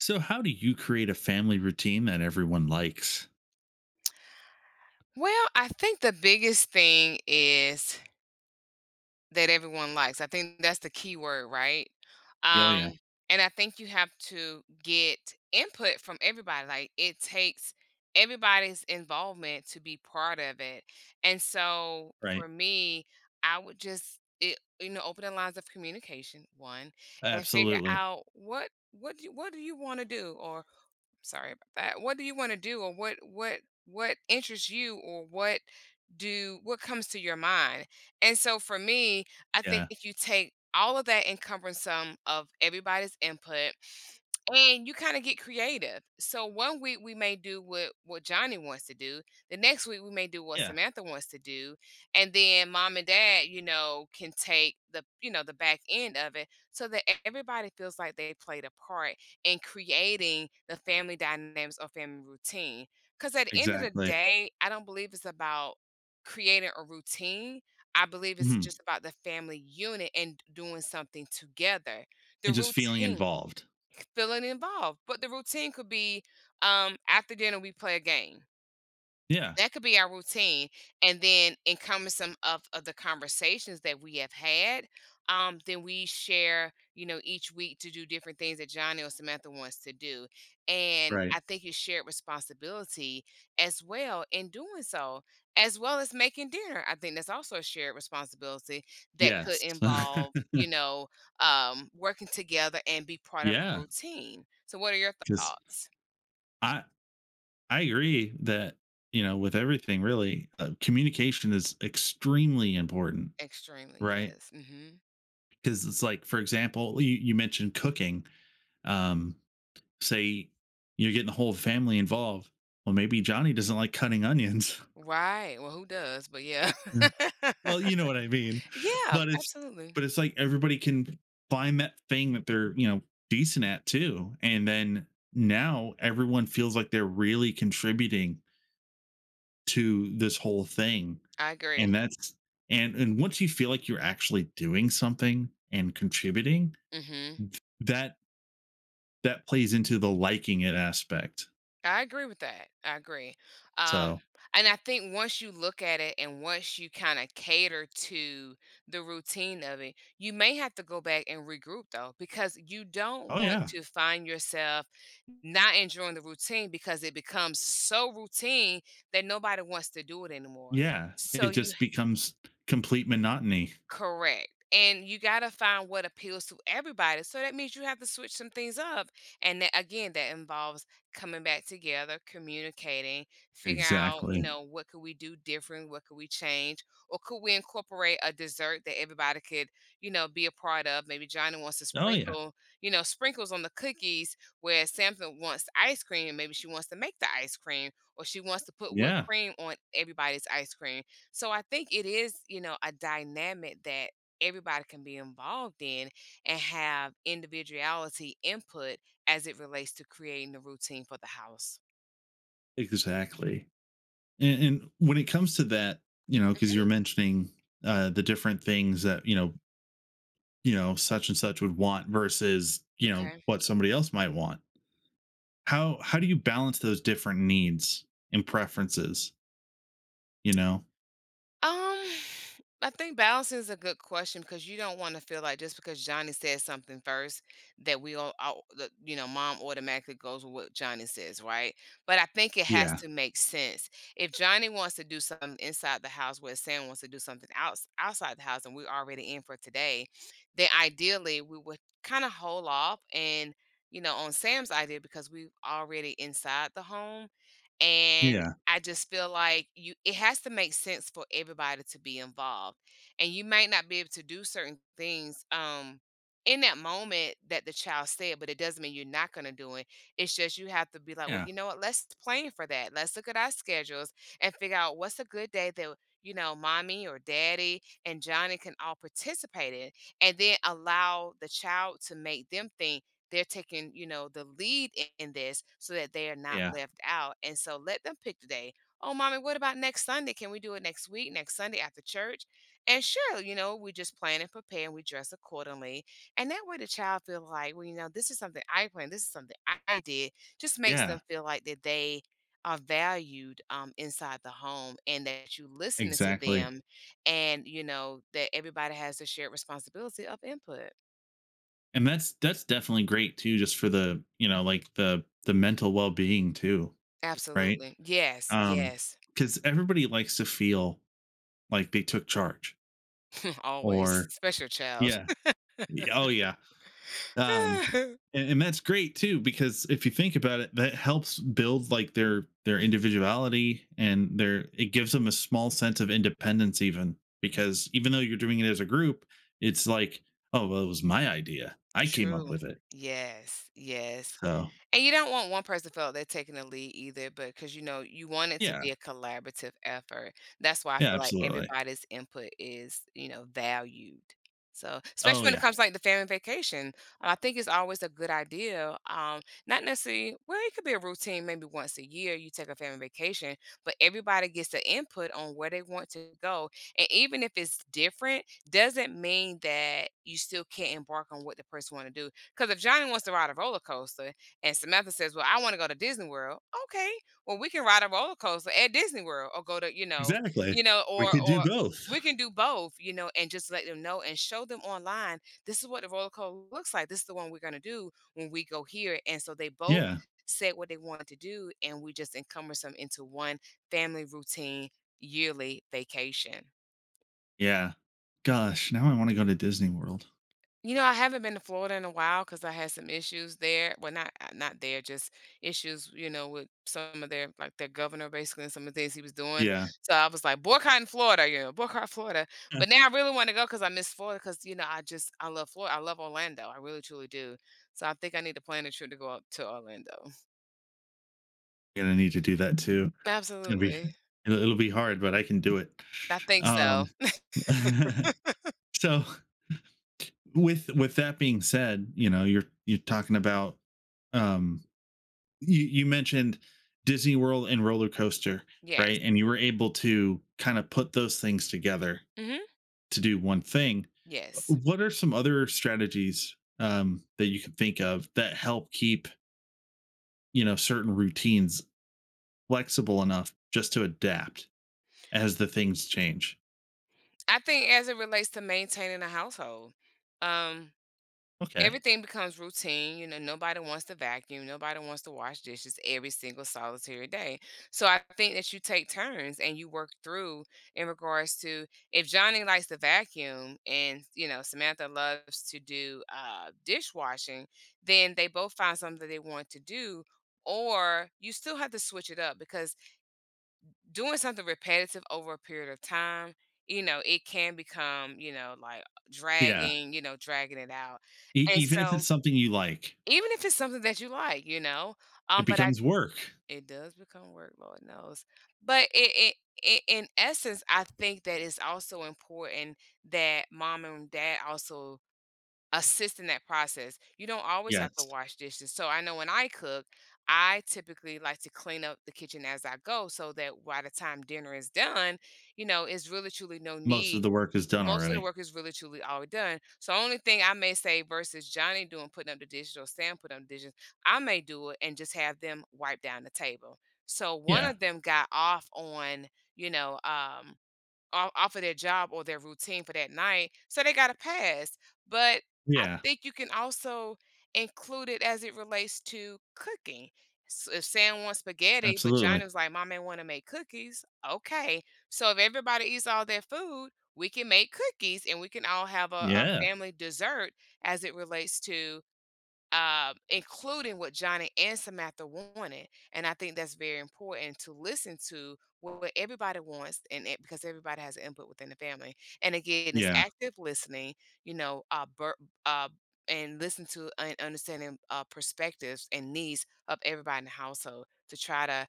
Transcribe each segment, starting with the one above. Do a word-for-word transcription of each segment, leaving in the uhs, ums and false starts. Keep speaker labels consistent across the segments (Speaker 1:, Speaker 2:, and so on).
Speaker 1: So, how do you create a family routine that everyone likes?
Speaker 2: Well, I think the biggest thing is that everyone likes. I think that's the key word, right?
Speaker 1: Yeah, oh, yeah,
Speaker 2: Um, and I think you have to get input from everybody. Like it takes everybody's involvement to be part of it. And so
Speaker 1: right.
Speaker 2: for me, I would just it, you know open the lines of communication one and figure
Speaker 1: Absolutely.
Speaker 2: out what what do, what do you want to do or sorry about that. What do you want to do or what what what interests you or what do what comes to your mind? And so for me, I think
Speaker 1: Yeah.
Speaker 2: if you take all of that encumbrance of everybody's input and you kind of get creative. So one week we may do what what Johnny wants to do. The next week we may do what
Speaker 1: Yeah.
Speaker 2: Samantha wants to do, and then mom and dad, you know, can take the you know the back end of it so that e- everybody feels like they played a part in creating the family dynamics or family routine. Because at the end of the
Speaker 1: Exactly.
Speaker 2: day, I don't believe it's about creating a routine. I believe it's
Speaker 1: Mhm.
Speaker 2: just about the family unit and doing something together. The
Speaker 1: And just feeling
Speaker 2: routine
Speaker 1: involved.
Speaker 2: feeling involved. But the routine could be um, after dinner, we play a game.
Speaker 1: Yeah.
Speaker 2: That could be our routine, and then encompass some of of the conversations that we have had, um, then we share, you know, each week to do different things that Johnny or Samantha wants to do, and
Speaker 1: Right.
Speaker 2: I think it's shared responsibility as well in doing so, as well as making dinner. I think that's also a shared responsibility that could
Speaker 1: Yes.
Speaker 2: involve, you know, um, working together and be part of a
Speaker 1: Yeah.
Speaker 2: routine. So what are your
Speaker 1: Because
Speaker 2: thoughts?
Speaker 1: I, I agree that, you know, with everything really, uh, communication is extremely important,
Speaker 2: Extremely,
Speaker 1: right?
Speaker 2: yes. Mhm.
Speaker 1: Because it's like, for example, you, you mentioned cooking. Um, say you're getting the whole family involved. Well, maybe Johnny doesn't like cutting onions.
Speaker 2: Right, well, who does? But yeah.
Speaker 1: Well, you know what I mean.
Speaker 2: Yeah,
Speaker 1: But it's
Speaker 2: absolutely.
Speaker 1: but it's like everybody can find that thing that they're, you know, decent at too. And then now everyone feels like they're really contributing to this whole thing.
Speaker 2: I
Speaker 1: And
Speaker 2: agree.
Speaker 1: that's and and once you feel like you're actually doing something and contributing,
Speaker 2: Mhm.
Speaker 1: that that plays into the liking it aspect.
Speaker 2: I agree with that, I agree. Um,
Speaker 1: So,
Speaker 2: and I think once you look at it and once you kinda cater to the routine of it, you may have to go back and regroup, though, because you don't
Speaker 1: oh
Speaker 2: want
Speaker 1: yeah.
Speaker 2: to find yourself not enjoying the routine because it becomes so routine that nobody wants to do it anymore.
Speaker 1: Yeah, it
Speaker 2: So you
Speaker 1: just becomes complete monotony.
Speaker 2: Correct, and you gotta find what appeals to everybody, so that means you have to switch some things up, and that again, that involves coming back together, communicating, figure out, you
Speaker 1: Exactly.
Speaker 2: know, what could we do different, what could we change, or could we incorporate a dessert that everybody could, you know, be a part of? Maybe Johnny wants to
Speaker 1: Oh yeah.
Speaker 2: sprinkle, you know, sprinkles on the cookies, whereas Samson wants ice cream, maybe she wants to make the ice cream, or she wants to put whipped
Speaker 1: Yeah,
Speaker 2: cream on everybody's ice cream. So I think it is, you know, a dynamic that everybody can be involved in and have individuality input as it relates to creating the routine for the house.
Speaker 1: exactly. And, and when it comes to that, you know, because you're
Speaker 2: Hmm.
Speaker 1: mentioning uh, the different things that you know, you know, such and such would want versus you know
Speaker 2: Okay.
Speaker 1: what somebody else might want. How how do you balance those different needs and preferences? You know.
Speaker 2: Um, I think balance is a good question because you don't want to feel like just because Johnny says something first that we all, all that, you know, mom automatically goes with what Johnny says, right? But I think it has
Speaker 1: Yeah.
Speaker 2: to make sense. If Johnny wants to do something inside the house, where Sam wants to do something outs outside the house, and we're already in for today, then ideally we would kind of hold off and, you know, on Sam's idea because we're already inside the home. And
Speaker 1: Yeah.
Speaker 2: I just feel like you it has to make sense for everybody to be involved. And you might not be able to do certain things um in that moment that the child said, but it doesn't mean you're not gonna do it. It's just you have to be like, well,
Speaker 1: Yeah.
Speaker 2: you know what, let's plan for that. Let's look at our schedules and figure out what's a good day that you know, mommy or daddy and Johnny can all participate in and then allow the child to make them think they're taking, you know, the lead i- in this so that they are not
Speaker 1: Yeah.
Speaker 2: left out. And so let them pick the day. Oh, mommy, what about next Sunday? Can we do it next week, next Sunday after church? And sure, you know, we just plan and prepare and we dress accordingly. And that way the child feel like, well, you know, this is something I planned, this is something I I did. Just makes them
Speaker 1: Yeah.
Speaker 2: feel like that they are valued um, inside the home and that you listening to
Speaker 1: Exactly.
Speaker 2: them and you know that everybody has the shared responsibility of input.
Speaker 1: And that's that's definitely great too, just for the, you know, like the the mental well being too, right?
Speaker 2: Absolutely. Yes,
Speaker 1: Um,
Speaker 2: yes.
Speaker 1: because everybody likes to feel like they took charge
Speaker 2: Always,
Speaker 1: or,
Speaker 2: especially a child.
Speaker 1: yeah. Y- Oh yeah. Um and, and that's great too, because if you think about it that helps build like their their individuality and their it gives them a small sense of independence even because even though you're doing it as a group, it's like, oh, well, it was my idea. I came up
Speaker 2: True.
Speaker 1: with it.
Speaker 2: Yes, yes.
Speaker 1: So
Speaker 2: And you don't want one person felt they're taking the lead either, but because you know, you want it to
Speaker 1: yeah.
Speaker 2: be a collaborative effort. That's why I
Speaker 1: Yeah,
Speaker 2: feel like
Speaker 1: absolutely.
Speaker 2: everybody's input is, you know, valued. So,
Speaker 1: Oh
Speaker 2: especially when it
Speaker 1: yeah.
Speaker 2: comes like the family vacation, I think it's always a good idea. Um, not necessarily, well, it could be a routine, maybe once a year you take a family vacation, but everybody gets the input on where they want to go. And even if it's different, doesn't mean that you still can't embark on what the person want to do. Because if Johnny wants to ride a roller coaster, and Samantha says, "Well, I want to go to Disney World." Okay, well, we can ride a roller coaster at Disney World, or go to you know,
Speaker 1: Exactly.
Speaker 2: you know, or
Speaker 1: We could
Speaker 2: or
Speaker 1: do both.
Speaker 2: we can do both, you know, and just let them know and show them online. This is what the roller coaster looks like. This is the one we're gonna do when we go here. And so they both
Speaker 1: Yeah.
Speaker 2: said what they wanted to do, and we just encompass them into one family routine yearly vacation.
Speaker 1: Yeah. Gosh, now I want to go to Disney World.
Speaker 2: You know, I haven't been to Florida in a while because I had some issues there. Well, not uh, not there, just issues, you know, with some of their like their governor basically and some of the things he was doing.
Speaker 1: Yeah.
Speaker 2: So I was like, boycotting Florida, you know, boycott Florida.
Speaker 1: Yeah.
Speaker 2: But now I really want to go because I miss Florida. Because you know, I just I love Florida. I love Orlando. I really truly do. So I think I need to plan a trip to go up to Orlando.
Speaker 1: Gonna need to do that too. It'll be
Speaker 2: Absolutely.
Speaker 1: it'll it'll be hard, but I can do it.
Speaker 2: I think so.
Speaker 1: Um, so with with that being said, you know, you're you're talking about um you you mentioned Disney World and roller coaster,
Speaker 2: Yes.
Speaker 1: right? And you were able to kind of put those things together
Speaker 2: Hmm.
Speaker 1: to do one thing.
Speaker 2: Yes.
Speaker 1: What are some other strategies um that you can think of that help keep, you know, certain routines flexible enough just to adapt as the things change?
Speaker 2: I think as it relates to maintaining a household, um,
Speaker 1: Okay.
Speaker 2: everything becomes routine. You know, nobody wants to vacuum, nobody wants to wash dishes every single solitary day. So I think that you take turns and you work through in regards to if Johnny likes to vacuum and you know Samantha loves to do uh, dishwashing, then they both find something that they want to do. Or you still have to switch it up because doing something repetitive over a period of time, you know, it can become, you know, like
Speaker 1: Yeah.
Speaker 2: dragging, you know, dragging it out.
Speaker 1: E-
Speaker 2: And
Speaker 1: even if
Speaker 2: so
Speaker 1: it's something you like,
Speaker 2: even if it's something that you like, you know?
Speaker 1: it
Speaker 2: Um, but I
Speaker 1: becomes work.
Speaker 2: It does become work, Lord knows. But it, it i- in essence, I think that it's also important that mom and dad also assist in that process. You don't always have to
Speaker 1: Yes.
Speaker 2: wash dishes. So I know when I cook, I typically like to clean up the kitchen as I go so that by the time dinner is done, you know, it's really truly no
Speaker 1: Most of
Speaker 2: need.
Speaker 1: the work is done
Speaker 2: Most of the
Speaker 1: already.
Speaker 2: work is really truly all done. So only thing I may say versus Johnny doing putting up the dishes or Sam putting up the dishes, I may do it and just have them wipe down the table. So one
Speaker 1: Yeah.
Speaker 2: of them got off on, you know, um off, off of their job or their routine for that night. So they got a pass. But I
Speaker 1: Yeah.
Speaker 2: think you can also include it as it relates to cooking. S If Sam wants spaghetti, but Johnny
Speaker 1: Absolutely.
Speaker 2: was like, Mom, I want to make cookies. Okay. So if everybody eats all their food, we can make cookies and we can all have a, a
Speaker 1: Yeah.
Speaker 2: family dessert as it relates to um, including what Johnny and Samantha wanted. And I think that's very important to listen to what everybody wants, and it, because everybody has input within the family. And again, it's
Speaker 1: Yeah.
Speaker 2: active listening, you know, uh, bur- uh, and listen to and understanding uh, perspectives and needs of everybody in the household to try to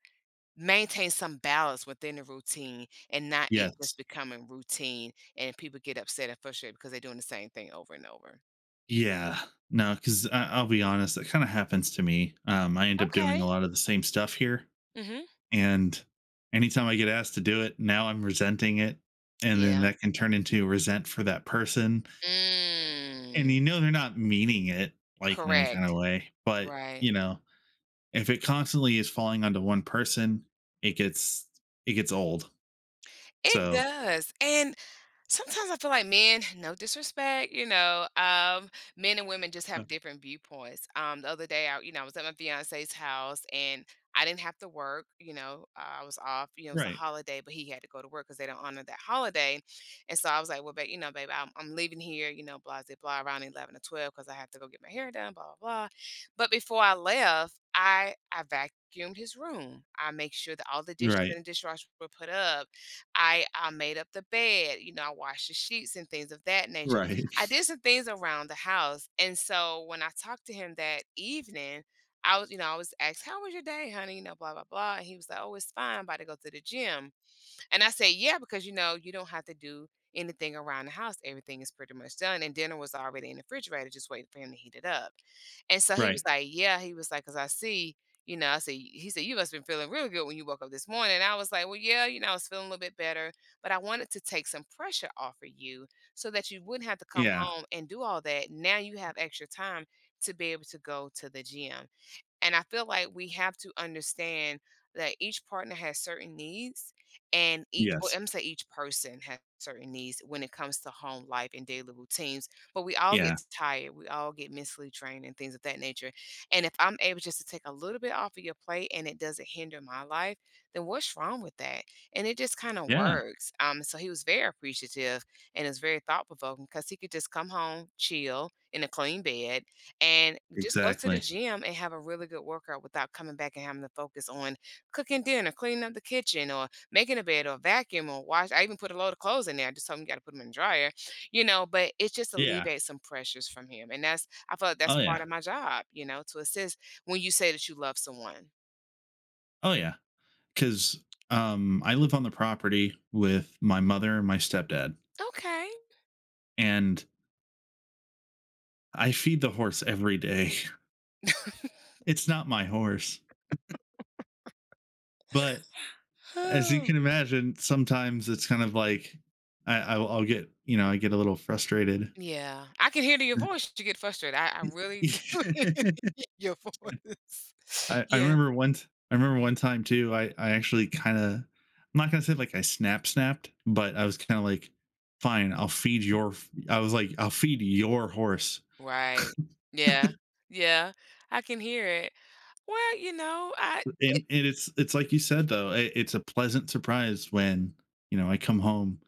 Speaker 2: maintain some balance within the routine and not it
Speaker 1: Yes.
Speaker 2: just becoming routine and people get upset and frustrated because they're doing the same thing over and over.
Speaker 1: Yeah. No, because I'll be honest, that kind of happens to me. Um, I end up doing a
Speaker 2: Okay.
Speaker 1: lot of the same stuff here.
Speaker 2: Hmm.
Speaker 1: And anytime I get asked to do it, now I'm resenting it. And then
Speaker 2: Yeah.
Speaker 1: that can turn into resent for that person. And you
Speaker 2: Mm.
Speaker 1: know, they're not meaning it like in any kind of
Speaker 2: Correct.
Speaker 1: way, but,
Speaker 2: Right.
Speaker 1: you know, if it constantly is falling onto one person, it gets it gets old.
Speaker 2: It
Speaker 1: So,
Speaker 2: does, and sometimes I feel like men, no disrespect, you know, um, men and women just
Speaker 1: uh,
Speaker 2: have different viewpoints. Um, the other day, I, you know, I was at my fiance's house and I didn't have to work. You know, uh, I was off. You know, it was a
Speaker 1: right,
Speaker 2: holiday, but he had to go to work because they don't honor that holiday. And so I was like, well, babe, you know, babe, I'm, I'm leaving here. You know, blah, blah, blah, around eleven or twelve because I have to go get my hair done. Blah, blah, blah. But before I left, I I vacuumed his room. I make sure that all the dishes
Speaker 1: right,
Speaker 2: in the dishwasher were put up. I I made up the bed, you know, I washed the sheets and things of that nature.
Speaker 1: right,
Speaker 2: I did some things around the house. And so when I talked to him that evening, I was, you know, I was asked, how was your day, honey? You know, blah, blah, blah. And he was like, oh, it's fine. I'm about to go to the gym. And I said, yeah, because you know, you don't have to do anything around the house. Everything is pretty much done. And dinner was already in the refrigerator, just waiting for him to heat it up. And so he
Speaker 1: right.
Speaker 2: was like, yeah, he was like, because I see, you know, I said, he said, you must have been feeling really good when you woke up this morning. And I was like, well, yeah, you know, I was feeling a little bit better, but I wanted to take some pressure off of you so that you wouldn't have to come
Speaker 1: Yeah.
Speaker 2: home and do all that. Now you have extra time to be able to go to the gym. And I feel like we have to understand that each partner has certain needs and each or
Speaker 1: Yes.
Speaker 2: I'm say each person has certain needs when it comes to home life and daily routines. But we all
Speaker 1: Yeah.
Speaker 2: get tired. We all get mentally drained and things of that nature. And if I'm able just to take a little bit off of your plate and it doesn't hinder my life, then what's wrong with that? And it just kind of
Speaker 1: Yeah.
Speaker 2: works. Um so he was very appreciative and it's very thought provoking because he could just come home, chill in a clean bed and just go to the
Speaker 1: Exactly.
Speaker 2: gym and have a really good workout without coming back and having to focus on cooking dinner, cleaning up the kitchen, or making a bed, or vacuum, or wash. I even put a load of clothes in there. I just told him you got to put them in the dryer, you know. But it just
Speaker 1: Yeah.
Speaker 2: alleviates some pressures from him, and that's I feel like
Speaker 1: Oh
Speaker 2: that's
Speaker 1: yeah.
Speaker 2: part of my job, you know, to assist when you say that you love someone.
Speaker 1: Oh yeah. Because, um, I live on the property with my mother and my stepdad,
Speaker 2: Okay.
Speaker 1: and I feed the horse every day. It's not my horse, but as you
Speaker 2: Oh,
Speaker 1: can imagine, sometimes it's kind of like I, I I'll I'll get you know I get a little frustrated.
Speaker 2: yeah. I can hear it in your voice. You get frustrated. I, I really
Speaker 1: Y
Speaker 2: do hear it in your voice.
Speaker 1: I I
Speaker 2: Yeah.
Speaker 1: remember one t I remember one time too. I I actually kinda I'm not gonna say like I snap snapped, but I was kinda like, "Fine, I'll feed your f—" I was like, "I'll feed your horse."
Speaker 2: Right. Yeah. Yeah. I can hear it. Well, you know, I
Speaker 1: And
Speaker 2: it.
Speaker 1: and it's it's like you said though, I it's a pleasant surprise when, you know, I come home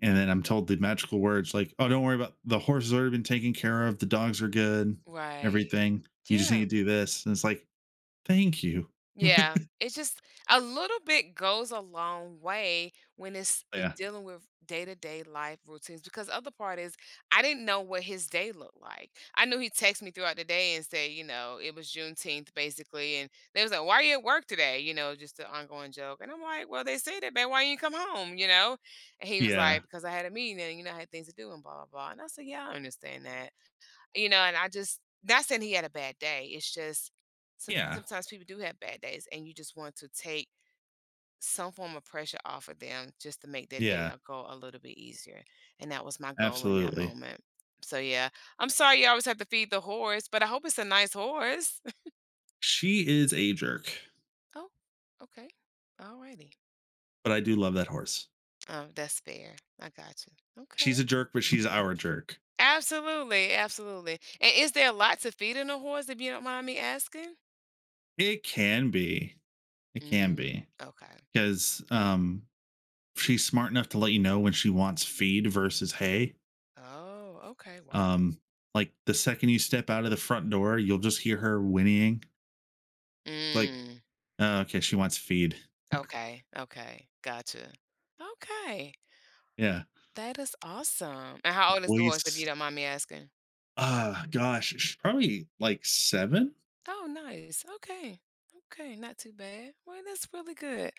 Speaker 1: and then I'm told the magical words, like, "Oh, don't worry, about the horse has already been taken care of, the dogs are good,
Speaker 2: Right.
Speaker 1: everything. You just
Speaker 2: Yeah.
Speaker 1: need to do this." And it's like, "Thank you."
Speaker 2: Yeah, it's just a little bit goes a long way when it's i-
Speaker 1: Yeah.
Speaker 2: dealing with day-to-day life routines. Because other part is, I didn't know what his day looked like. I knew he texted me throughout the day and say, you know, it was Juneteenth basically, and they was like, "Why are you at work today?" You know, just an ongoing joke. And I'm like, "Well, they said it, man. Why you come home?" You know, and he was
Speaker 1: Yeah.
Speaker 2: like, "Because I had a meeting and you know I had things to do and blah blah blah." And I said, "Yeah, I understand that." You know, and I just not saying he had a bad day, it's just some
Speaker 1: Yeah.
Speaker 2: sometimes people do have bad days, and you just want to take some form of pressure off of them just to make their day
Speaker 1: Yeah.
Speaker 2: a go a little bit easier, and that was my goal in that
Speaker 1: Absolutely.
Speaker 2: moment. So, yeah, I'm sorry you always have to feed the horse, but I hope it's a nice horse.
Speaker 1: She is a jerk,
Speaker 2: Oh, okay. Alrighty.
Speaker 1: but I do love that horse.
Speaker 2: Um, that's fair. I got you. Okay.
Speaker 1: She's a jerk, but she's our jerk.
Speaker 2: Absolutely, absolutely. And is there a lot to feed in a horse, if you don't mind me asking?
Speaker 1: It can be. It can
Speaker 2: Mm,
Speaker 1: be
Speaker 2: okay.
Speaker 1: because, um, she's smart enough to let you know when she wants feed versus hay.
Speaker 2: Oh, okay. Wow.
Speaker 1: Um, like the second you step out of the front door, you'll just hear her whinnying. It's like,
Speaker 2: Mm.
Speaker 1: oh, okay, she wants feed.
Speaker 2: Okay. Okay. Gotcha. Okay.
Speaker 1: Yeah.
Speaker 2: That is awesome. And how old is the horse, if you
Speaker 1: Waste.
Speaker 2: don't mind me asking?
Speaker 1: Ah, uh, gosh, she's probably like seven.
Speaker 2: Oh, nice. Okay. Okay. Not too bad. Well, that's really good.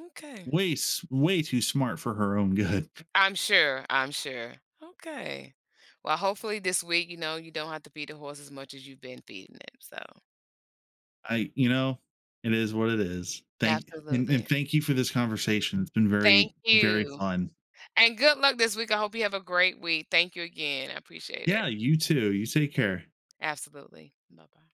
Speaker 2: Okay.
Speaker 1: Way, way too smart for her own good.
Speaker 2: I'm sure. I'm sure. Okay. Well, hopefully this week, you know, you don't have to feed the horse as much as you've been feeding it. So,
Speaker 1: I you know, it is what it is. Thank and, and
Speaker 2: absolutely.
Speaker 1: thank you for this conversation. It's been very,
Speaker 2: Thank
Speaker 1: very
Speaker 2: you.
Speaker 1: fun.
Speaker 2: And good luck this week. I hope you have a great week. Thank you again. I appreciate
Speaker 1: Yeah,
Speaker 2: it.
Speaker 1: you too. You take care.
Speaker 2: Absolutely. Bye bye.